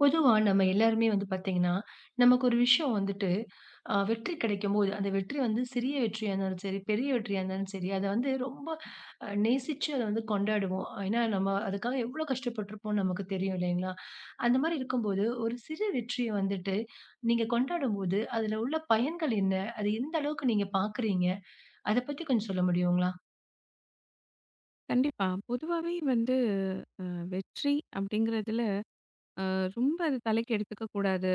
பொதுவா நம்ம எல்லாருமே வந்து பார்த்தீங்கன்னா, நமக்கு ஒரு விஷயம் வந்துட்டு வெற்றி கிடைக்கும்போது, அந்த வெற்றி வந்து சிறிய வெற்றியா இருந்தாலும் சரி, பெரிய வெற்றியா இருந்தாலும் சரி, அத வந்து ரொம்ப நேசிச்சு அத வந்து கொண்டாடுவோம். ஏன்னா, நம்ம அதுக்காக எவ்வளோ கஷ்டப்பட்டுருப்போம்னு நமக்கு தெரியும் இல்லைங்களா? அந்த மாரி இருக்கும்போது, ஒரு சிறு வெற்றிய வந்துட்டு நீங்க கொண்டாடும்போது, அதுல உள்ள பயன்கள் என்ன? அது எந்த அளவுக்கு நீங்க பார்க்குறீங்க? அத பத்தி கொஞ்சம் சொல்ல முடியுங்களா? கண்டிப்பா. பொதுவாவே வந்து வெற்றி அப்படிங்கிறதுல அ ரொம்ப அது தலைக்கு எடுத்துக்க கூடாது.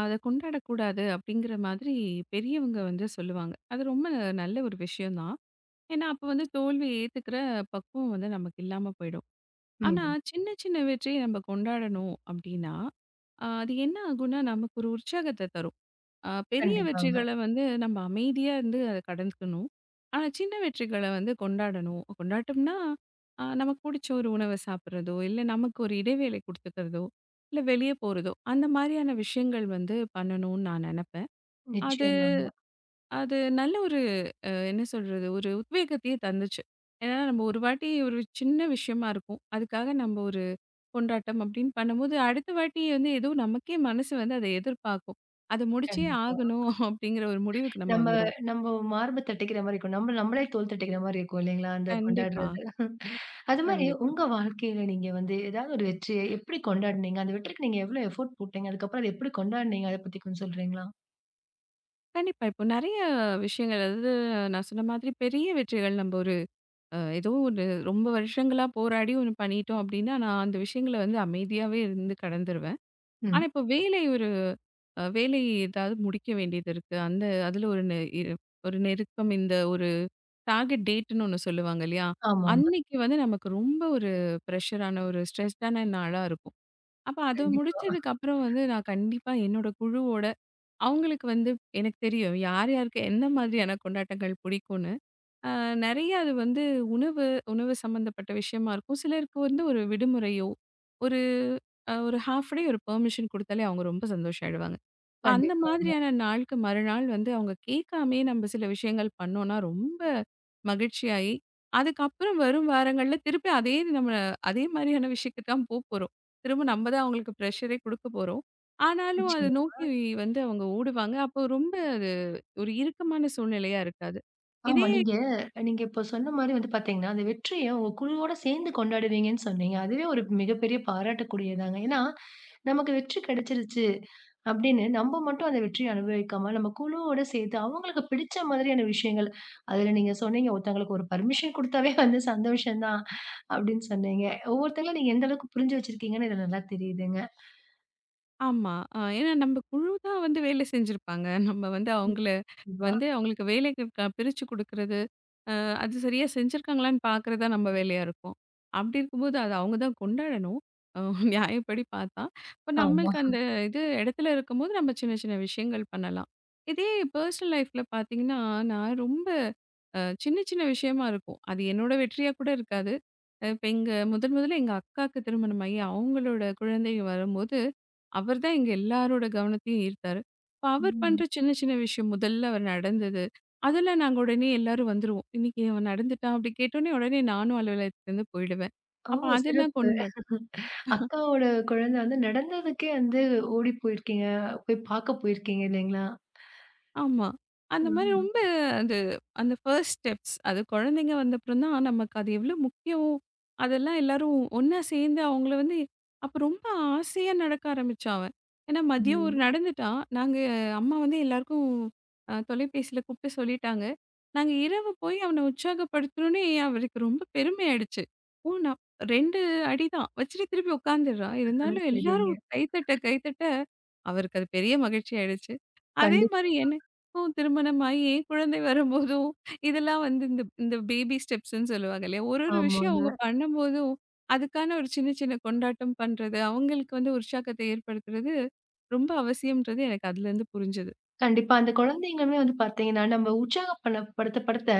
அத கொண்டாடக்கூடாது அப்படிங்கிற மாதிரி பெரியவங்க வந்து சொல்லுவாங்க. அது ரொம்ப நல்ல ஒரு விஷயம் தான். ஏன்னா, அப்ப வந்து தோல்விய ஏத்துக்கிற பக்குவம் வந்து நமக்கு இல்லாம போயிடும். ஆனா, ம். சின்ன சின்ன வெற்றிய நம்ம கொண்டாடணும் அப்படின்னா, அது என்ன ஆகும்னா, நமக்கு ஒரு உற்சாகத்த தரும். ஆ, பெரிய கண்டிப்பாங்க. வெற்றிகள வந்து நம்ம அமைதியா இருந்து அத கடந்துக்கணும். ஆனா, சின்ன வெற்றிகள வந்து கொண்டாடணும். கொண்டாட்டம்னா, நமக்கு புடிச்ச ஒரு உணவ சாப்பிடுறதோ, இல்ல நமக்கு ஒரு இடைவேளை குடுத்துக்கிறதோ, இல்ல வெளிய போறதோ, அந்த மாரியான விஷயங்கள் வந்து பண்ணணும்னு நான் நெனப்பேன். அது நிச்சயமாங்க. அது நல்ல ஒரு என்ன சொல்றது? ஒரு உத்வேகத்தையே தந்துச்சு. ஏன்னா, நம்ம ஒரு வாட்டி ஒரு சின்ன விஷயமா இருக்கும். அதுக்காக நம்ம ஒரு கொண்டாட்டம் அப்படின்னு பண்ணும்போது, அடுத்த வாட்டி வந்து ஏதோ நமக்கே மனசு வந்து அத எதிர்பார்க்கும். அத முடிச்சே கண்டிப்பா. ஆகணும் அப்படிங்கிற ஒரு முடிவுக்கு நம்ம நம்ம வந்துருவோம். நம்ம மார்ப தட்டிக்கிற மாரி இருக்கும். நம்ம நம்மளே தோள் தட்டிக்கிற மாரி இருக்கும் இல்லைங்களா? அந்த கண்டிப்பா, கொண்டாடுறது. அது மாரி கண்டிப்பா. உங்க வாழ்க்கையில நீங்க வந்து ஏதாவது ஒரு வெற்றிய எப்படி கொண்டாடுனீங்க? அந்த வெற்றிக்கு நீங்க எவ்வளோ எஃபோர்ட் போட்டீங்க? அதுக்கப்புறம் அத எப்படி கொண்டாடுனீங்க? அத பத்தி கொஞ்சம் சொல்றீங்களா? கண்டிப்பா. இப்போ நெறைய விஷயங்கள் அதாவது நான் சொன்ன மாதிரி பெரிய வெற்றிகள் நம்ம ஒரு ஏதோ ஒரு ரொம்ப வருஷங்களா போராடி ஒண்ணு பண்ணிட்டோம் அப்படின்னா, நான் அந்த விஷயங்கள வந்து அமைதியாவே இருந்து கடந்துருவேன். ஆனா ம். இப்போ வேலை ஒரு அ வேலை ஏதாவது முடிக்க வேண்டியது இருக்கு. அந்த அதுல ஒரு நெ இ ஒரு நெருக்கம் இந்த ஒரு டார்கெட் டேட்ன்னு ஒண்ணு சொல்லுவாங்க இல்லையா? ஆமாங்க. அன்னைக்கு வந்து நமக்கு ரொம்ப ஒரு ப்ரெஷரான, ஒரு ஸ்ட்ரெஸ்டான நாளா இருக்கும். அப்ப அத கண்டிப்பா. முடிச்சதுக்கு அப்புறம் வந்து நான் கண்டிப்பா என்னோட குழுவோட அவங்களுக்கு வந்து எனக்கு தெரியும் யார் யாருக்கு எந்த மாதிரியான கொண்டாட்டங்கள் பிடிக்கும்னு. அ நெறைய அது வந்து உணவு, உணவு சம்மந்தப்பட்ட விஷயமா இருக்கும். சிலருக்கு வந்து ஒரு விடுமுறையோ, ஒரு ஒரு ஹால்ஃப் டே ஒரு பெர்மிஷன் குடுத்தாலே அவங்க ரொம்ப சந்தோஷம் ஆயிடுவாங்க. இப்ப அந்த கண்டிப்பாங்க. மாதிரியான நாளுக்கு மறுநாள் வந்து அவங்க கேட்காமயே நம்ம சில விஷயங்கள் பண்ணோம்னா, ரொம்ப மகிழ்ச்சியாயி, அதுக்கப்புறம் வரும் வாரங்கள்ல திருப்பி அதே நம்ம அதே மாரியான விஷயத்துக்கு தான் போப்போறோம். திரும்ப நம்ம தான் அவங்களுக்கு ப்ரெஷரே குடுக்க போறோம். ஆனாலும் அத நிச்சயமா. நோக்கி வந்து அவங்க ஓடுவாங்க. அப்போ ரொம்ப அது ஒரு இறுக்கமான சூழ்நிலையா இருக்காது. ஆமா. இதே நீங்க நீங்க இப்ப சொன்ன மாரி வந்து பார்த்தீங்கன்னா, அந்த வெற்றிய உங்க குழுவோட சேர்ந்து கொண்டாடுவீங்கன்னு சொன்னீங்க. அதுவே ஒரு மிகப்பெரிய பாராட்டக்கூடியதாங்க. ஏன்னா, நமக்கு வெற்றி கிடைச்சிருச்சு அப்படின்னு நம்ம மட்டும் அந்த வெற்றிய அனுபவிக்காம, நம்ம குழுவோட சேர்த்து அவங்களுக்கு பிடிச்ச மாதிரியான விஷயங்கள், அதுல நீங்க சொன்னீங்க, ஒருத்தங்களுக்கு ஒரு பர்மிஷன் குடுத்தாவே வந்து சந்தோஷம் தான் அப்படின்னு சொன்னீங்க. ஒவ்வொருத்தங்களும் நீங்க எந்த அளவுக்கு புரிஞ்சு வச்சிருக்கீங்கன்னு இதுல நல்லா தெரியுதுங்க. ஆமா. ஏன்னா நம்ம குழு தான் வந்து வேலை செஞ்சிருப்பாங்க. நம்ம வந்து ம். அவங்கள கண்டிப்பா. வந்து அவங்களுக்கு வேலைக்கு பிரிச்சு கொடுக்கறது அது சரியா செஞ்சிருக்காங்களான்னு பார்க்கறது தான் நம்ம வேலையா இருக்கும் அப்படி இருக்கும்போது அது அவங்க தான் கொண்டாடணும் நியாயப்படி பார்த்தா இப்போ ஆமா. நம்மளுக்கு இது இடத்துல இருக்கும்போது நம்ம சின்ன சின்ன விஷயங்கள் பண்ணலாம் இதே பர்சனல் லைஃப்ல பார்த்தீங்கன்னா நான் ரொம்ப சின்ன சின்ன விஷயமா இருக்கும் அது என்னோட வெற்றியா கூட இருக்காது. இப்போ எங்க முதன் முதல்ல எங்க அக்காவுக்கு திருமணம் ஆகி அவங்களோட குழந்தை வரும்போது அவர் தான் எங்க எல்லாரோட கவனத்தையும் ஈர்த்தாரு. இப்ப அவர் ம். பண்ற சின்ன சின்ன விஷயம் முதல்ல அவர் நடந்தது. அதெல்லாம் நாங்க உடனே எல்லாரும் வந்துருவோம். இன்னைக்கு அவன் நடந்துட்டான் அப்படி கேட்டோனே, உடனே நானும் அலுவலகத்துலருந்து போயிடுவேன். ஓ! அப்ப அதெல்லாம் சிறப்பு. கொண்டு அக்காவோட குழந்தை வந்து நடந்ததுக்கே வந்து ஓடி போயிருக்கீங்க. போய் பார்க்க போயிருக்கீங்க இல்லைங்களா? ஆமா. அந்த மாரி ஆமா. ரொம்ப அது அந்த ஃபர்ஸ்ட் ஸ்டெப்ஸ் அது குழந்தைங்க வந்தப்புறம் தான் நமக்கு அது எவ்ளோ முக்கியம். அதெல்லாம் எல்லாரும் ஒண்ணா சேர்ந்து அவங்கள வந்து அப்ப ரொம்ப ஆசையா நடக்க ஆரம்பிச்சா அவன். ஏன்னா மதியம் ஒரு ம். நடந்துட்டா, நாங்க அம்மா வந்து எல்லாருக்கும் தொலைபேசியில கூப்பிட்டு சொல்லிட்டாங்க. நாங்க இரவு போய் அவன உற்சாகப்படுத்தணும்னே அவருக்கு ரொம்ப பெருமை ஆயிடுச்சு. ஓ! நான் 2 அடி தான் வச்சுட்டு திருப்பி உட்காந்துடுறான். ஆ இருந்தாலும் எல்லாரும் சரிங்க. கைத்தட்ட கைத்தட்ட அவருக்கு அது பெரிய மகிழ்ச்சி ஆயிடுச்சு. அதே கண்டிப் மாரி என்ன ஓ! திருமணமாயி குழந்தை வரும்போதும், இதெல்லாம் வந்து இந்த இந்த பேபி ஸ்டெப்ஸ்ன்னு சொல்லுவாங்க இல்லையா? ஒரு ஒரு விஷயம் அவங்க ஆமாங்க. பண்ணும்போதும், அதுக்கான ஒரு சின்ன சின்ன கொண்டாட்டம் பண்றது, அவங்களுக்கு வந்து உற்சாகத்தை ஏற்படுத்துறது ரொம்ப அவசியம்ன்றது எனக்கு அதுலேருந்து புரிஞ்சது. கண்டிப்பா அந்த குழந்தைங்களுமே வந்து பார்த்தீங்கன்னா, நம்ம உற்சாகப்பன படுத்த படுத்த,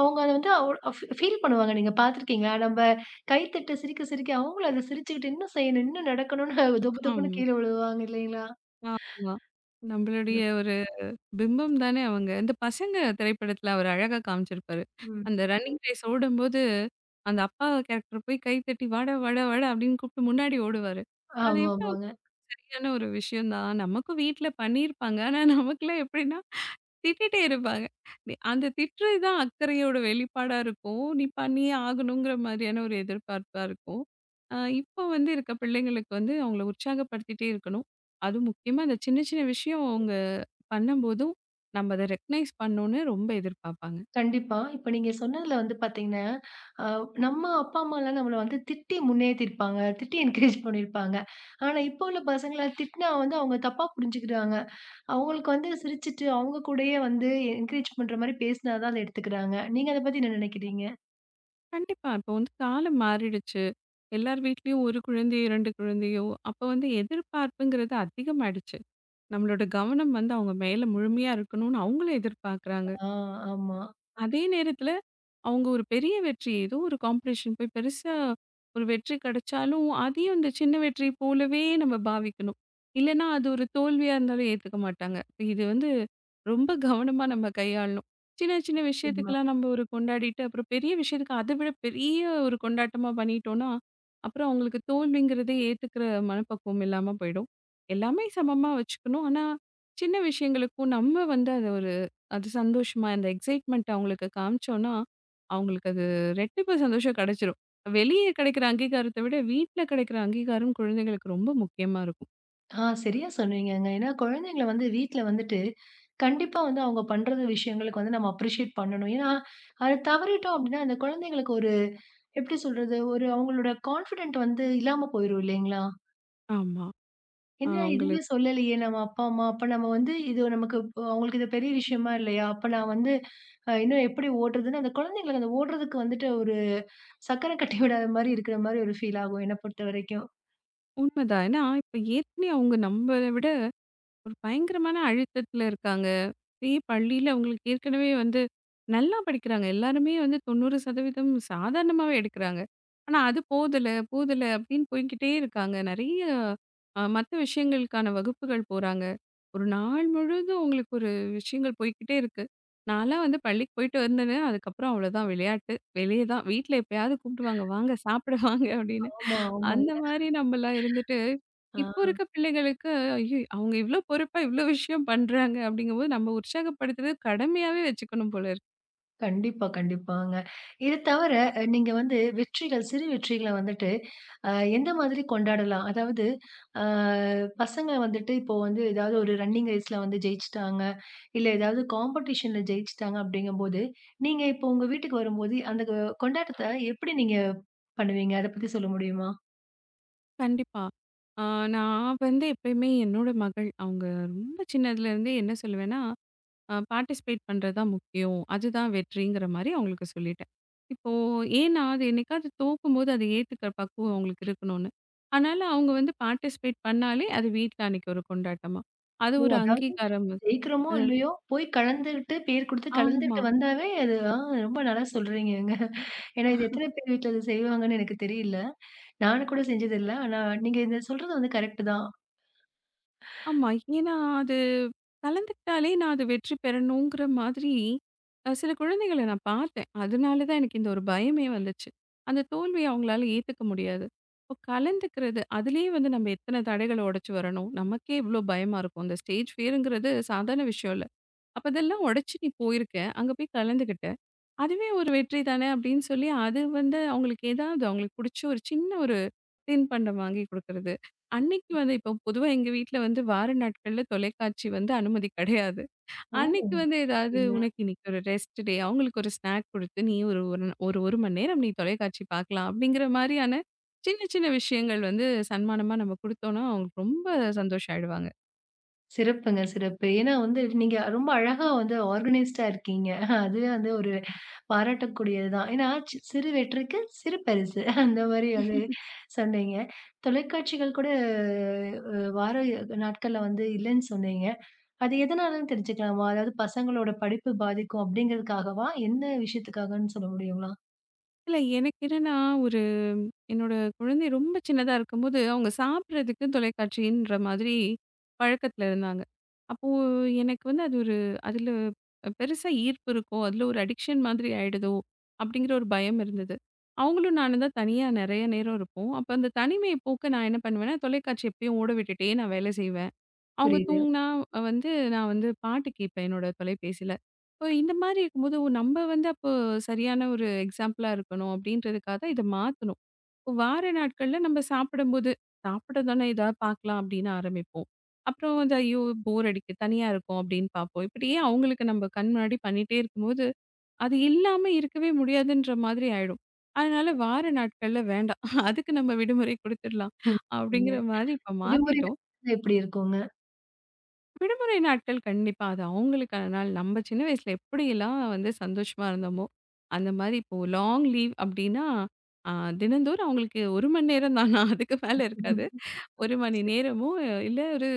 அவங்க அத வந்து அவ் ஃபீ ஃபீல் பண்ணுவாங்க. நீங்க பார்த்துருக்கீங்களா? நம்ம கைத்தட்ட சிரிக்க சிரிக்க அவங்களும் அத சிரிச்சுக்கிட்டு இன்னும் செய்யணும், இன்னும் நடக்கணும்னு தொபு தொபுன்னு ஆமா. கீழ விழுவாங்க இல்லைங்களா? ஆமா. நம்மளுடைய ஒரு பிம்பம் தானே அவங்க. இந்த பசங்க திரைப்படத்துல அவர் அழகா காமிச்சிருப்பாரு. ம். அந்த ரன்னிங் ரேஸ் ஓடும்போது, அந்த அப்பா கேரக்டர் போய் கை தட்டி வாடா, வாடா, வாடா அப்படின்னு கூப்பிட்டு முன்னாடி ஓடுவாரு. அது எவ்ளோ ஆமாமாங்க. சரியான ஒரு விஷயம் தான். நமக்கும் வீட்ல பண்ணியிருப்பாங்க. ஆனா நமக்கெல்லாம் எப்படின்னா, திட்டிட்டே இருப்பாங்க. அந்த திட்டுறது தான் அக்கறையோட வெளிப்பாடா இருக்கும். நீ பண்ணியே ஆகணுங்கிற மாதிரியான ஒரு எதிர்பார்ப்பா இருக்கும். அ இப்போ வந்து இருக்க பிள்ளைங்களுக்கு வந்து அவங்கள உற்சாகப்படுத்திட்டே இருக்கணும். அதுவும் முக்கியமா அந்த சின்ன சின்ன விஷயம் அவங்க பண்ணும்போதும், நம்ம அத ரெகக்னைஸ் பண்ணணும்னு ரொம்ப எதிர்பார்ப்பாங்க. கண்டிப்பா. இப்ப நீங்க சொன்னதுல வந்து பாத்தீங்கன்னா, அ நம்ம அப்பா, அம்மாலாம் நம்மள வந்து திட்டி முன்னேத்திருப்பாங்க. திட்டி என்கரேஜ் பண்ணியிருப்பாங்க. ஆனா, இப்போ உள்ள பசங்கள திட்டினா வந்து அவங்க தப்பா புரிஞ்சுக்கிறாங்க. அவங்களுக்கு வந்து சிரிச்சுட்டு, அவங்க கூடயே வந்து என்கரேஜ் பண்ற மாரி பேசினா தான் அத எடுத்துக்கிறாங்க. நீங்க அத பத்தி என்ன நினைக்கிறீங்க? கண்டிப்பா. இப்போ வந்து காலம் மாறிடுச்சு. எல்லார் வீட்லயும் 1 குழந்தையோ, 2 குழந்தையோ, அப்ப வந்து எதிர்பார்ப்புங்கிறது அதிகமாயிடுச்சு. நம்மளோட கவனம் வந்து அவங்க மேல முழுமையா இருக்கணும்னு அவங்களும் எதிர்பார்க்குறாங்க. ஆ, ஆமா. அதே நேரத்துல அவங்க ஒரு பெரிய வெற்றி, ஏதோ ஒரு காம்படிஷன் போய் பெருசா ஒரு வெற்றி கிடைச்சாலும், அதையும் இந்த சின்ன வெற்றி போலவே நம்ம பாவிக்கணும். இல்லன்னா அது ஒரு தோல்வியா இருந்தாலும் ஏத்துக்க மாட்டாங்க. இப்ப இது வந்து ரொம்ப கவனமா நம்ம கையாளணும். சின்ன சின்ன நிச்சயமா. விஷயத்துக்கெல்லாம் நம்ம ஒரு கொண்டாடிட்டு, அப்புறம் பெரிய விஷயத்துக்கு அதை விட பெரிய ஒரு கொண்டாட்டமா பண்ணிட்டோம்னா, அப்புறம் அவங்களுக்கு தோல்விங்கிறதே ஏத்துக்கிற மனப்பக்குவம் இல்லாம போயிடும். எல்லாமே சமமா வச்சுக்கணும். ஆனா, சின்ன விஷயங்களுக்கும் நம்ம வந்து அத ஒரு அது சந்தோஷமா அந்த எக்ஸைட்மெண்ட் அவங்களுக்கு காமிச்சோம்னா, அவங்களுக்கு அது ரெட்டிப்பு சந்தோஷம் கிடைச்சிரும். வெளிய கிடைக்கிற அங்கீகாரத்த விட, வீட்ல கிடைக்கிற அங்கீகாரம் குழந்தைகளுக்கு ரொம்ப முக்கியமா இருக்கும். ஆ சரியா சொன்னீங்கங்க. ஏன்னா குழந்தைங்கள வந்து வீட்ல வந்துட்டு, கண்டிப்பா வந்து அவங்க பண்றது விஷயங்களுக்கு வந்து நம்ம அப்ரிஷியேட் பண்ணணும். ஏன்னா, அத தவறிட்டோம் அப்டின்னா, அந்த குழந்தைங்களுக்கு ஒரு எப்படி சொல்றது? ஒரு அவங்களோட கான்ஃபிடென்ட் வந்து இல்லாம போயிரும் இல்லைங்களா? ஆமா. ஆ என்ன எதுவுமே உங்களுக்கு சொல்லலையே நம்ம அப்பா, அம்மா. அப்ப நம்ம வந்து இது நமக்கு இப்போ அவங்களுக்கு இது பெரிய விஷயமா இல்லையா? அப்ப நான் வந்து இன்னும் எப்படி ஓட்டுறதுன்னு அந்த குழந்தைங்களுக்கு அந்த ஓடுறதுக்கு வந்துட்டு ஒரு சக்கரம் கட்டி விடாத மாரி இருக்கிற மாரி ஒரு ஃபீல் ஆகும் என்ன பொறுத்தவரைக்கும். உண்மதான். ஏன்னா, இப்ப ஏற்கனவே அவங்க நம்மள விட ஒரு பயங்கரமான அழுத்தத்துல இருக்காங்க. இதே பள்ளியில அவங்களுக்கு ஏற்கனவே வந்து நல்லா படிக்கிறாங்க. எல்லாருமே வந்து 90% சாதாரணமாவே எடுக்கிறாங்க. ஆனா அது போதல, போதல அப்படின்னு போய்க்கிட்டே இருக்காங்க. நெறைய மத்த விஷயங்களுக்கான வகுப்புகள் போறாங்க. ஒரு நாள் முழுதும் உங்களுக்கு ஒரு விஷயங்கள் போய்க்கிட்டே இருக்கு. நான்லாம் வந்து பள்ளிக்கு போயிட்டு வந்தேனே, அதுக்கப்புறம் அவ்வளோதான் விளையாட்டு. வெளிய தான். வீட்ல எப்பயாவது கூப்பிடுவாங்க, "வாங்க சாப்பிட வாங்க" அப்படின்னு. ஆமா, அந்த ஆமாங்க. மாரி நம்மலாம் இருந்துட்டு, இப்போ ஆ. இருக்க பிள்ளைகளுக்கு, ஐயோ! அவங்க இவ்ளோ பொறுப்பா இவ்ளோ விஷயம் பண்றாங்க அப்படிங்கும்போது, நம்ம உற்சாகப்படுத்துறது கடமையாவே வச்சுக்கணும் போல இருக்கு. கண்டிப்பா, கண்டிப்பாங்க. இது தவிர நீங்க வந்து வெற்றிகள், சிறு வெற்றிகள வந்துட்டு அ எந்த மாதிரி கொண்டாடலாம்? அதாவது அ பசங்க வந்துட்டு இப்போ வந்து ஏதாவது ஒரு ரன்னிங் ரேஸ்ல வந்து ஜெயிச்சுட்டாங்க, இல்ல ஏதாவது காம்படிஷன்ல ஜெயிச்சுட்டாங்க அப்படிங்கும்போது, நீங்க இப்போ உங்க வீட்டுக்கு வரும்போது அந்த கொண்டாட்டத்த எப்படி நீங்க பண்ணுவீங்க? அத பத்தி சொல்ல முடியுமா? கண்டிப்பா. ஆ நான் வந்து எப்பயுமே என்னோட மகள், அவங்க ரொம்ப சின்னதுலேருந்தே என்ன சொல்லுவேன்னா, பார்ட்டிசிபேட் பண்றது தான் முக்கியம். அதுதான் வெற்றிங்கிற மாரி அவங்களுக்கு சொல்லிட்டேன். இப்போ ஏன்னா, அது என்னைக்காவது தோக்கும்போது அதை ஏத்துக்கிற பக்குவம் அவங்களுக்கு இருக்கணும்னு. அதனால அவங்க வந்து பார்ட்டிசிபேட் பண்ணாலே, அது வீட்ல அன்னைக்கு ஒரு கொண்டாட்டமா. அது ஓ! ஒரு அதாவது அங்கீகாரம். ஜெயிக்கிறோமோ, இல்லையோ போய் கலந்துகிட்டு பேர் குடுத்து கலந்துகிட்டு ஆமா, வந்தாவே அது ஆ ரொம்ப நல்லா சொல்றீங்கங்க. ஏன்னா, இது எத்தன பேர் வீட்ல இத செய்வாங்கன்னு எனக்கு தெரியல. நானும் கூட செஞ்சதில்ல. ஆனா, நீங்க இத சொல்றது வந்து கரெக்ட் தான். ஆமா. ஏன்னா அது கலந்துக்கிட்டாலே நான் அது வெற்றி பெறணுங்கிற மாதிரி, சில குழந்தைகள நான் பார்த்தேன். அதனால தான் எனக்கு இந்த ஒரு பயமே வந்துச்சு. அந்த தோல்விய அவங்களால ஏத்துக்க முடியாது. இப்போ கலந்துக்கிறது, அதிலேயே வந்து நம்ம எத்தன தடைகள உடைச்சு வரணும். நமக்கே இவ்ளோ பயமா இருக்கும். இந்த ஸ்டேஜ் ஃபியர்ங்கிறது சாதாரண விஷயம் இல்ல. அப்ப இதெல்லாம் உடைச்சு நீ போயிருக்க, அங்க போய் கலந்துக்கிட்ட. அதுவே ஒரு வெற்றி தானே அப்படின்னு சொல்லி, அது வந்து அவங்களுக்கு ஏதாவது அவங்களுக்கு புடிச்ச ஒரு சின்ன ஒரு தின்பண்டம் வாங்கி குடுக்குறது. அன்னைக்கு வந்து இப்போ பொதுவா எங்க வீட்ல வந்து வார நாட்கள்ல தொலைக்காட்சி வந்து அனுமதி கிடையாது. ஓ! அன்னைக்கு வந்து ஏதாவது ஓகேங்க. உனக்கு இன்னைக்கு ஒரு ரெஸ்ட் டே அவங்களுக்கு ஒரு ஸ்நாக் குடுத்து, நீ ஒரு ஒரு ஒரு 1 மணி நேரம் நீ தொலைக்காட்சி பார்க்கலாம் அப்படிங்கிற மாரியான சின்ன சின்ன விஷயங்கள் வந்து சன்மானமா நம்ம குடுத்தோம்னா, அவங்களுக்கு ரொம்ப சந்தோஷம் ஆயிடுவாங்க. சிறப்புங்க, சிறப்பு. ஏன்னா வந்து நீங்க ரொம்ப அழகா வந்து ஆர்கனைஸ்டா இருக்கீங்க. அதுவே வந்து ஒரு பாராட்டக்கூடியது தான். ஏன்னா, சிறு வெற்றிக்கு சிறு பரிசு. அந்த மாரி வந்து சொன்னீங்க. தொலைக்காட்சிகள் கூட வார நாட்கள்ல வந்து இல்லன்னு சொன்னீங்க. அது எதனாலன்னு தெரிஞ்சுக்கலாமா? அதாவது பசங்களோட படிப்பு பாதிக்கும் அப்படிங்கிறதுக்காகவா? என்ன விஷயத்துக்காகன்னு சொல்ல முடியுங்களா? இல்ல. எனக்கு என்னன்னா, ஒரு என்னோட குழந்தை ரொம்ப சின்னதா இருக்கும்போது, அவங்க சாப்பிடுறதுக்கு தொலைக்காட்சின்ற மாதிரி பழக்கத்துல இருந்தாங்க. அப்போ எனக்கு வந்து அது ஒரு அதில பெருசா ஈர்ப்பு இருக்கோ, அதில ஒரு அடிக்ஷன் மாதிரி ஆயிடுதோ! அப்பிடிங்கிற ஒரு பயம் இருந்தது. அவங்களும் நானும் தான் தனியா நெறைய நேரம் இருப்போம். அப்ப அந்த தனிமைய போக்க நான் என்ன பண்ணுவேன்னா, தொலைக்காட்சி எப்பயும் ஓட விட்டுட்டே நான் வேலை செய்வேன். அவங்க புரியுது. தூங்குனா வந்து நான் வந்து பாட்டு கேட்பேன் என்னோட தொலைபேசியில. இப்போ இந்த மாரி இருக்கும்போது, ஓ! நம்ம வந்து அப்போ சரியான ஒரு எக்ஸாம்பிளா இருக்கணும் அப்படின்றதுக்காக இத மாத்தணும். இப்போ வார நாட்கள்ல நம்ம சாப்பிடும்போது, சாப்பிட தானே ஏதாவது பார்க்கலாம் அப்படின்னு ஆரம்பிப்போம். அப்புறம் வந்து ஐயோ! போர் அடிக்கு, தனியா இருக்கோம் அப்படின்னு பார்ப்போம். இப்படியே அவங்களுக்கு நம்ம கண் முன்னாடி பண்ணிட்டே இருக்கும்போது, அது இல்லாம இருக்கவே முடியாதுன்ற மாதிரி ஆயிடும். அதனால வார நாட்கள்ல வேண்டாம். அதுக்கு நம்ம விடுமுறை குடுத்துடலாம் ம். நீங்க அப்படிங்கிற மாரி இப்ப விடுமுறை மாத்திட்டோம். நாட்கள்ல எப்படி இருக்குங்க? விடுமுறை நாட்கள் கண்டிப்பா. அது அவங்களுக்கான நாள். நம்ம சின்ன வயசுல எப்படியெல்லாம் வந்து சந்தோஷமா இருந்தோமோ, அந்த மாரி இப்போ லாங் லீவ் அப்டின்னா, அ தினந்தோறும் அவங்களுக்கு 1 மணி நேரம் தானா அதுக்கு மேல இருக்காது. 1 மணி சரி, நேரமோ, இல்ல ஒரு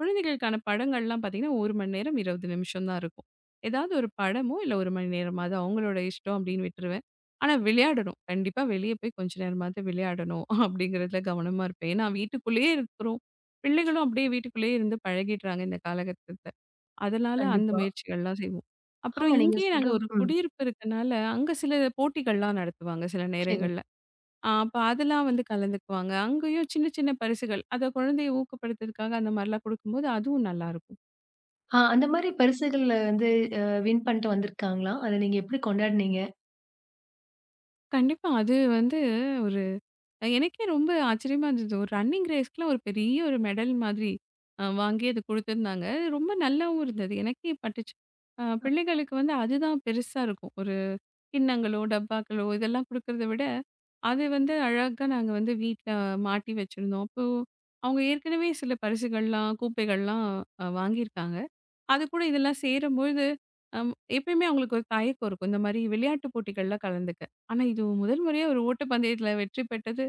குழந்தைகளுக்கான படங்கள்லாம் பார்த்தீங்கன்னா, 1 மணி நேரம் 20 நிமிஷம் தான் இருக்கும். ஏதாவது ஒரு படமோ, இல்ல 1 மணி நேரமாவது அவங்களோட இஷ்டம் அப்படின்னு விட்டுருவேன். ஆனா விளையாடணும். கண்டிப்பா வெளிய போய் கொஞ்ச நேரமாவது விளையாடணும் அப்படிங்கிறதுல கவனமா இருப்பேன். ஏன்னா வீட்டுக்குள்ளேயே இருக்கிறோம். பிள்ளைகளும் அப்படியே வீட்டுக்குள்ளேயே இருந்து பழகிடுறாங்க இந்த காலகட்டத்துல. அதனால அந்த கண்டிப்பா. முயற்சிகள்லாம் செய்வோம். அப்புறம் ஆமா, நீங்க இங்கேயே நாங்க சொல்ற ஒரு ம். குடியிருப்பு இருக்கனால, அங்க சில போட்டிகள்லாம் நடத்துவாங்க சில சரி. நேரங்கள்ல. ஆ அப்ப அதெல்லாம் வந்து கலந்துக்குவாங்க. அங்கேயும் சின்ன சின்ன பரிசுகள், அத குழந்தைய ஊக்கப்படுத்துறதுக்காக அந்த மாரிலாம் குடுக்கும்போது, அதுவும் நல்லாருக்கும். ஆ அந்த மாரி பரிசுகள்ல வந்து அ வின் பண்ணிட்டு வந்திருக்காங்களா? அத நீங்க எப்படி கொண்டாடுனீங்க? கண்டிப்பா. அது வந்து ஒரு எனக்கே ரொம்ப ஆச்சரியமா இருந்தது. ஒரு ரன்னிங் ரேஸ்க்குலாம் ஒரு பெரிய ஒரு மெடல் மாதிரி வாங்கி அது குடுத்துருந்தாங்க. ரொம்ப நல்லாவும் இருந்தது. எனக்கே பட்டுச்சு. பிள்ளைகளுக்கு வந்து அதுதான் பெருசா இருக்கும். ஒரு கிண்ணங்களோ, டப்பாக்களோ இதெல்லாம் குடுக்கறத விட, அது வந்து அழகா நாங்க வந்து வீட்ல மாட்டி வச்சிருந்தோம். அப்போ அவங்க ஏற்கனவே சில பரிசுகள்லாம், கூப்பைகள்லாம் வாங்கியிருக்காங்க. அதுக்கூட இதெல்லாம் சேரும்பொழுது, அம் எப்பயுமே அவங்களுக்கு ஒரு தயக்கம் இருக்கும். இந்த மாரி விளையாட்டு போட்டிகள்ல கலந்துக்க. ஆனா, இது முதல் முறையா ஒரு ஓட்டப்பந்தயத்தில வெற்றி பெற்றது.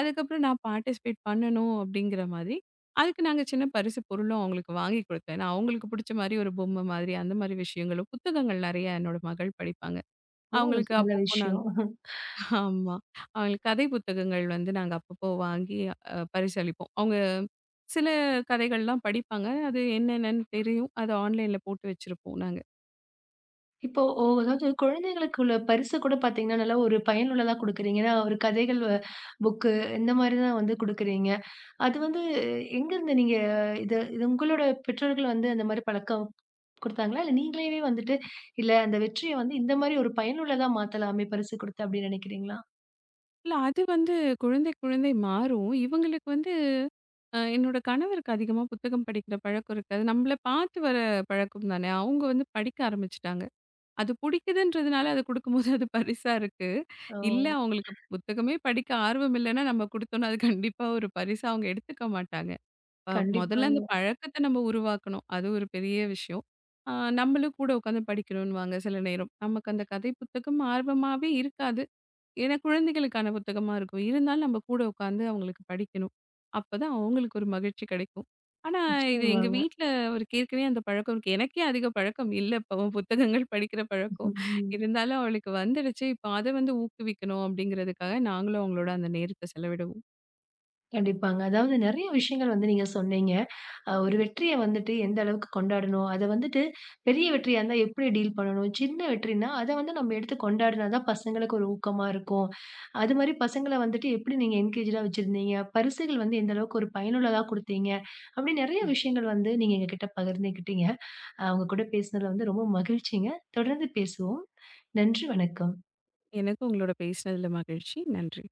அதுக்கப்புறம் நான் பார்ட்டிசிபேட் பண்ணணும் அப்படிங்கிற மாதிரி, அதுக்கு நாங்க சின்ன பரிசு பொருளும் அவங்களுக்கு வாங்கி குடுத்தேன். நான் அவங்களுக்கு புடிச்ச மாரி ஒரு பொம்மை மாதிரி, அந்த மாரி விஷயங்களும், புத்தகங்கள் நெறைய என்னோட மகள் படிப்பாங்க. ஓ! அவங்களுக்கு நல்ல அப்பப்போ நாங்க விஷயம். ஆமா. அவங்களுக்கு கதை புத்தகங்கள் வந்து நாங்க அப்பப்போ வாங்கி பரிசளிப்போம். அவங்க சில கதைகள்லாம் படிப்பாங்க. அது என்னென்னன்னு தெரியும். அத ஆன்லைன்ல போட்டு வச்சிருப்போம் நாங்க. இப்போ ஓ அதாவது குழந்தைகளுக்கு உள்ள பரிசு கூட பார்த்தீங்கன்னா, நல்லா ஒரு பயனுள்ளதா குடுக்குறீங்க. ஏன்னா, ஒரு கதைகள் புக்கு இந்த மாரி தான் வந்து குடுக்குறீங்க. அது வந்து எங்கருந்து நீங்க இது இது உங்களோட பெற்றோர்கள் வந்து அந்த மாரி பழக்கம் குடுத்தாங்களா? இல்ல நீங்களாவே வந்துட்டு, இல்ல அந்த வெற்றிய வந்து இந்த மாரி ஒரு பயனுள்ளதா மாத்தலாமே பரிசு குடுத்து அப்டின்னு நெனைக்கிறீங்களா? இல்ல அது வந்து குழந்தை குழந்தை மாறும். இவங்களுக்கு வந்து என்னோட கணவருக்கு அதிகமா புத்தகம் படிக்கிற பழக்கம் இருக்காது. நம்மள பார்த்து வர பழக்கம் தானே! அவுங்க வந்து படிக்க ஆரம்பிச்சுட்டாங்க. அது புடிக்குதுன்றதுனால அது குடுக்கும்போது அது பரிசா இருக்கு. ஓ! இல்ல அவுங்களுக்கு புத்தகமே படிக்க ஆர்வம் இல்லன்னா, நம்ம குடுத்தோம்னா, அது கண்டிப்பா ஒரு பரிசா அவுங்க எடுத்துக்க மாட்டாங்க. அ மொதல்ல கண்டிப்பாங்க. அந்த பழக்கத்த நம்ம உருவாக்கணும். அது ஒரு பெரிய விஷயம். அ நம்மளும் கூட உட்காந்து படிக்கணுன்னுவாங்க சில நேரம். நமக்கு அந்த கதை புத்தகம் ஆர்வமாவே இருக்காது. ஏன்னா குழந்தைகளுக்கான புத்தகமா இருக்கும். இருந்தாலும் நம்ம கூட உட்காந்து அவங்களுக்கு படிக்கணும். அப்பதான் அவங்களுக்கு ஒரு மகிழ்ச்சி கிடைக்கும். ஆனா இது எங்க நிச்சயமாங்க. வீட்ல அவருக்கு ஏற்கனவே அந்த பழக்கம் இருக்கு. எனக்கே அதிக பழக்கம் இல்ல இப்பவும் புத்தகங்கள் படிக்கிற பழக்கம். ம். இருந்தாலும் அவளுக்கு வந்துடுச்சு. இப்போ அத வந்து ஊக்குவிக்கணும் அப்படிங்கிறதுக்காக நாங்களும் அவங்களோட அந்த நேரத்த செலவிடுவோம். கண்டிப்பாங்க. அதாவது நெறைய விஷயங்கள் வந்து நீங்க சொன்னீங்க. ஒரு வெற்றிய வந்துட்டு எந்த அளவுக்கு கொண்டாடணும், அத வந்துட்டு பெரிய வெற்றியா இருந்தா எப்படி டீல் பண்ணணும், சின்ன வெற்றினா அத வந்து நம்ம எடுத்து கொண்டாடினா தான் பசங்களுக்கு ஒரு ஊக்கமா இருக்கும். அது மாரி பசங்கள வந்துட்டு எப்படி நீங்க என்கேஜ்டா வச்சிருந்தீங்க, பரிசுகள் வந்து எந்த அளவுக்கு ஒரு பயனுள்ளதா குடுத்தீங்க, அப்படி நெறைய விஷயங்கள் வந்து நீங்க எங்ககிட்ட பகிர்ந்துக்கிட்டீங்க. உங்க கூட பேசினதுல வந்து ரொம்ப மகிழ்ச்சிங்க. தொடர்ந்து பேசுவோம். நன்றி, வணக்கம். எனக்கும் உங்களோட பேசினதுல மகிழ்ச்சி. நன்றி.